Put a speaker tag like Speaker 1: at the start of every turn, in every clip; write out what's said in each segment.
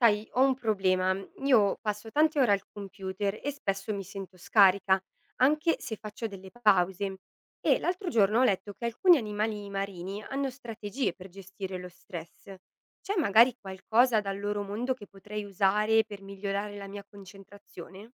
Speaker 1: Sai, ho un problema. Io passo tante ore al computer e spesso mi sento scarica, anche se faccio delle pause. E l'altro giorno ho letto che alcuni animali marini hanno strategie per gestire lo stress. C'è magari qualcosa dal loro mondo che potrei usare per migliorare la mia concentrazione?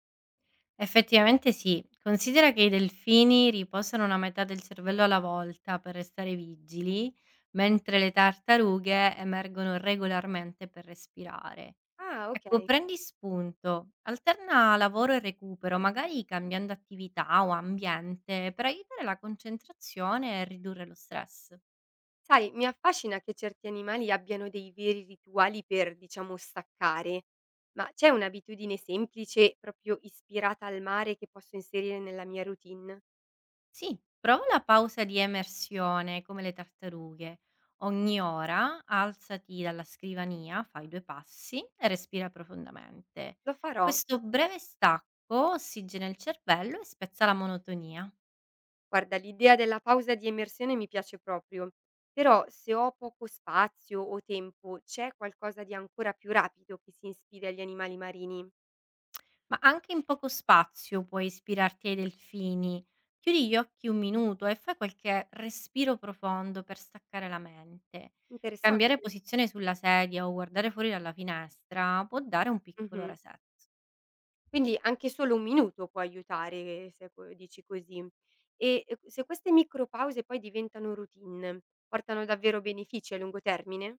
Speaker 2: Effettivamente sì. Considera che i delfini riposano una metà del cervello alla volta per restare vigili, mentre le tartarughe emergono regolarmente per respirare.
Speaker 1: Ah,
Speaker 2: Ecco,
Speaker 1: ok.
Speaker 2: prendi spunto, alterna lavoro e recupero, magari cambiando attività o ambiente per aiutare la concentrazione e ridurre lo stress.
Speaker 1: Sai, mi affascina che certi animali abbiano dei veri rituali per, diciamo, staccare, ma c'è un'abitudine semplice, proprio ispirata al mare, che posso inserire nella mia routine?
Speaker 2: Sì, prova la pausa di emersione come le tartarughe. Ogni ora alzati dalla scrivania, fai due passi e respira profondamente.
Speaker 1: Lo farò.
Speaker 2: Questo breve stacco ossigena il cervello e spezza la monotonia.
Speaker 1: Guarda, l'idea della pausa di immersione mi piace proprio, però se ho poco spazio o tempo, c'è qualcosa di ancora più rapido che si ispiri agli animali marini?
Speaker 2: Ma anche in poco spazio puoi ispirarti ai delfini. Chiudi gli occhi un minuto e fai qualche respiro profondo per staccare la mente.
Speaker 1: Interessante.
Speaker 2: Cambiare posizione sulla sedia o guardare fuori dalla finestra può dare un piccolo
Speaker 1: Mhm.
Speaker 2: reset.
Speaker 1: Quindi anche solo 1 minuto può aiutare se co dici così. E, se queste micropause poi diventano routine, portano davvero benefici a lungo termine?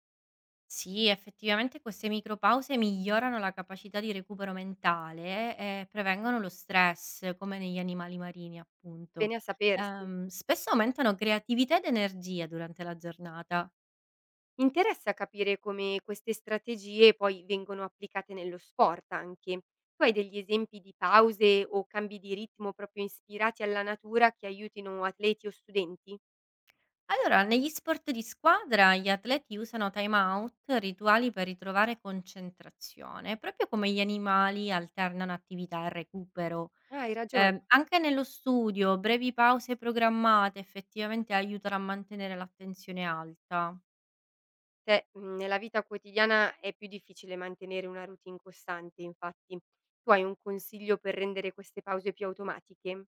Speaker 2: Sì, effettivamente queste micropause migliorano la capacità di recupero mentale e prevengono lo stress, come negli animali marini, appunto.
Speaker 1: Bene a sapersi.
Speaker 2: Spesso aumentano creatività ed energia durante la giornata.
Speaker 1: Interessa capire come queste strategie poi vengono applicate nello sport anche. Tu hai degli esempi di pause o cambi di ritmo proprio ispirati alla natura che aiutino atleti o studenti?
Speaker 2: Allora, negli sport di squadra gli atleti usano time out, rituali per ritrovare concentrazione, proprio come gli animali alternano attività e recupero.
Speaker 1: Ah, hai ragione.
Speaker 2: Anche nello studio, brevi pause programmate effettivamente aiutano a mantenere l'attenzione alta.
Speaker 1: Cioè, nella vita quotidiana è più difficile mantenere una routine costante infatti. Tu hai un consiglio per rendere queste pause più automatiche?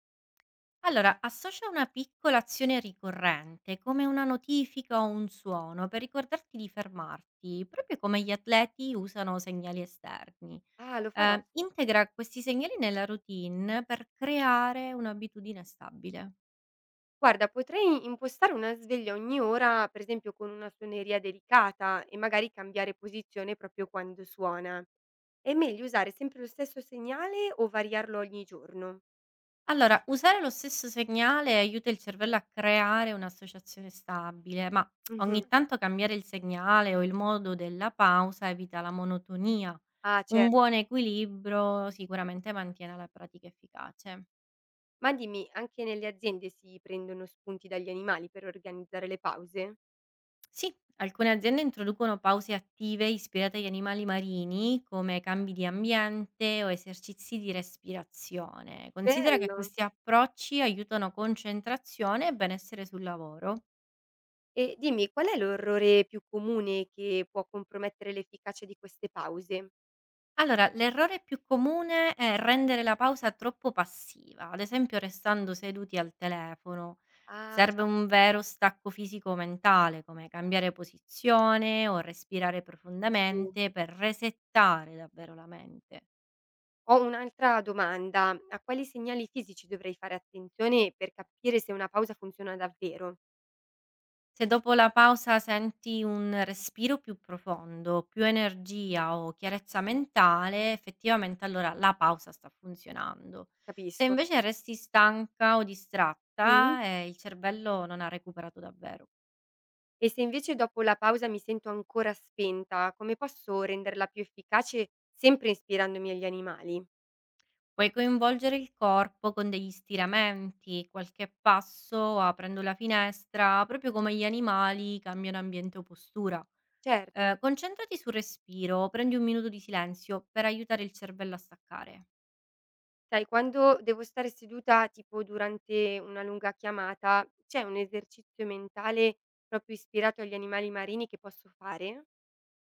Speaker 2: Allora, associa una piccola azione ricorrente, come una notifica o un suono, per ricordarti di fermarti, proprio come gli atleti usano segnali esterni.
Speaker 1: Ah, lo farò.
Speaker 2: Integra questi segnali nella routine per creare un'abitudine stabile.
Speaker 1: Guarda, potrei impostare una sveglia ogni ora, per esempio con una suoneria delicata e magari cambiare posizione proprio quando suona. È meglio usare sempre lo stesso segnale o variarlo ogni giorno?
Speaker 2: Allora, usare lo stesso segnale aiuta il cervello a creare un'associazione stabile, ma
Speaker 1: Mh-mh.
Speaker 2: ogni tanto cambiare il segnale o il modo della pausa evita la monotonia.
Speaker 1: Ah,
Speaker 2: Un
Speaker 1: certo.
Speaker 2: buon equilibrio sicuramente mantiene la pratica efficace.
Speaker 1: Ma dimmi, anche nelle aziende si prendono spunti dagli animali per organizzare le pause?
Speaker 2: Sì, alcune aziende introducono pause attive ispirate agli animali marini, come cambi di ambiente o esercizi di respirazione. Considera che
Speaker 1: Bello.
Speaker 2: questi approcci aiutano concentrazione e benessere sul lavoro.
Speaker 1: E dimmi, qual è l'orrore più comune che può compromettere l'efficacia di queste pause?
Speaker 2: Allora, l'errore più comune è rendere la pausa troppo passiva, ad esempio restando seduti al telefono.
Speaker 1: Ah
Speaker 2: Serve
Speaker 1: già,
Speaker 2: un vero stacco fisico-mentale, come cambiare posizione o respirare
Speaker 1: sì.
Speaker 2: profondamente per resettare davvero la mente.
Speaker 1: Ho un'altra domanda, a quali segnali fisici dovrei fare attenzione per capire se una pausa funziona davvero?
Speaker 2: Se dopo la pausa senti un respiro più profondo, più energia o chiarezza mentale, effettivamente allora la pausa sta funzionando. Se
Speaker 1: Capisco.
Speaker 2: invece resti stanca o
Speaker 1: Mh-mh.
Speaker 2: distratta, il cervello non ha recuperato davvero.
Speaker 1: E se invece dopo la pausa mi sento ancora spenta, come posso renderla più efficace sempre ispirandomi agli animali?
Speaker 2: Puoi coinvolgere il corpo con degli stiramenti, qualche passo aprendo la finestra, proprio come gli animali cambiano ambiente o postura.
Speaker 1: Certo.
Speaker 2: Concentrati sul respiro, prendi un minuto di silenzio per aiutare il cervello a staccare.
Speaker 1: Sai, quando devo stare seduta, tipo durante una lunga chiamata, c'è un esercizio mentale proprio ispirato agli animali marini che posso fare?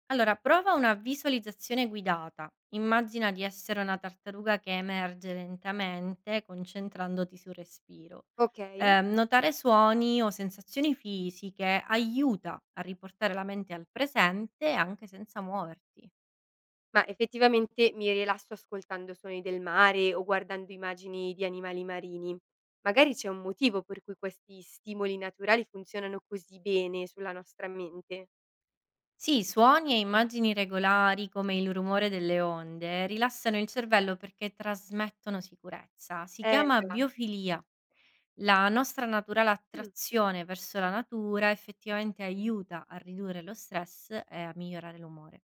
Speaker 2: Allora, prova una visualizzazione guidata. Immagina di essere una tartaruga che emerge lentamente, concentrandoti sul respiro.
Speaker 1: Ok,
Speaker 2: Notare suoni o sensazioni fisiche aiuta a riportare la mente al presente anche senza muoverti.
Speaker 1: ma effettivamente mi rilasso ascoltando suoni del mare o guardando immagini di animali marini. Magari c'è un motivo per cui questi stimoli naturali funzionano così bene sulla nostra mente.
Speaker 2: Sì, suoni e immagini regolari come il rumore delle onde rilassano il cervello perché trasmettono sicurezza. Si chiama
Speaker 1: Già.
Speaker 2: biofilia. La nostra naturale
Speaker 1: Mm.
Speaker 2: attrazione verso la natura effettivamente aiuta a ridurre lo stress e a migliorare l'umore.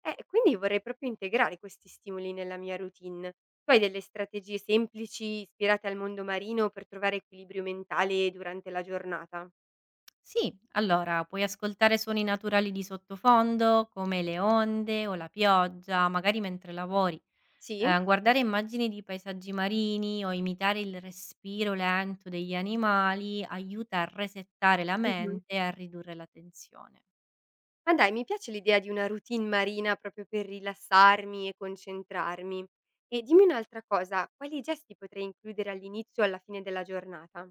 Speaker 1: Quindi vorrei proprio integrare questi stimoli nella mia routine. Tu hai delle strategie semplici ispirate al mondo marino per trovare equilibrio mentale durante la giornata?
Speaker 2: Sì, allora puoi ascoltare suoni naturali di sottofondo, come le onde o la pioggia, magari mentre lavori.
Speaker 1: Sì?
Speaker 2: Guardare immagini di paesaggi marini o imitare il respiro lento degli animali aiuta a resettare la
Speaker 1: Mhm.
Speaker 2: mente e a ridurre la tensione.
Speaker 1: Ma dai, mi piace l'idea di una routine marina proprio per rilassarmi e concentrarmi. E dimmi un'altra cosa, quali gesti potrei includere all'inizio o alla fine della giornata?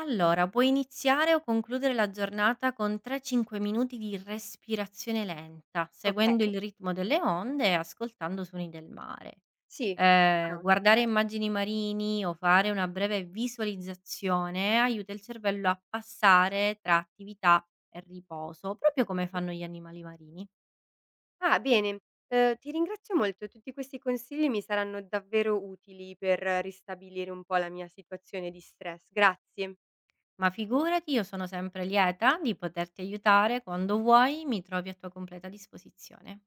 Speaker 2: Allora, puoi iniziare o concludere la giornata con 3-5 minuti di respirazione lenta, seguendo il
Speaker 1: Ok?
Speaker 2: ritmo delle onde e ascoltando suoni del mare.
Speaker 1: Sì. No.
Speaker 2: Guardare immagini marini o fare una breve visualizzazione aiuta il cervello a passare tra attività e riposo, proprio come fanno gli animali marini.
Speaker 1: Ah, bene. Ti ringrazio molto. Tutti questi consigli mi saranno davvero utili per ristabilire un po' la mia situazione di stress. Grazie.
Speaker 2: Ma figurati, io sono sempre lieta di poterti aiutare quando vuoi, mi trovi a tua completa disposizione.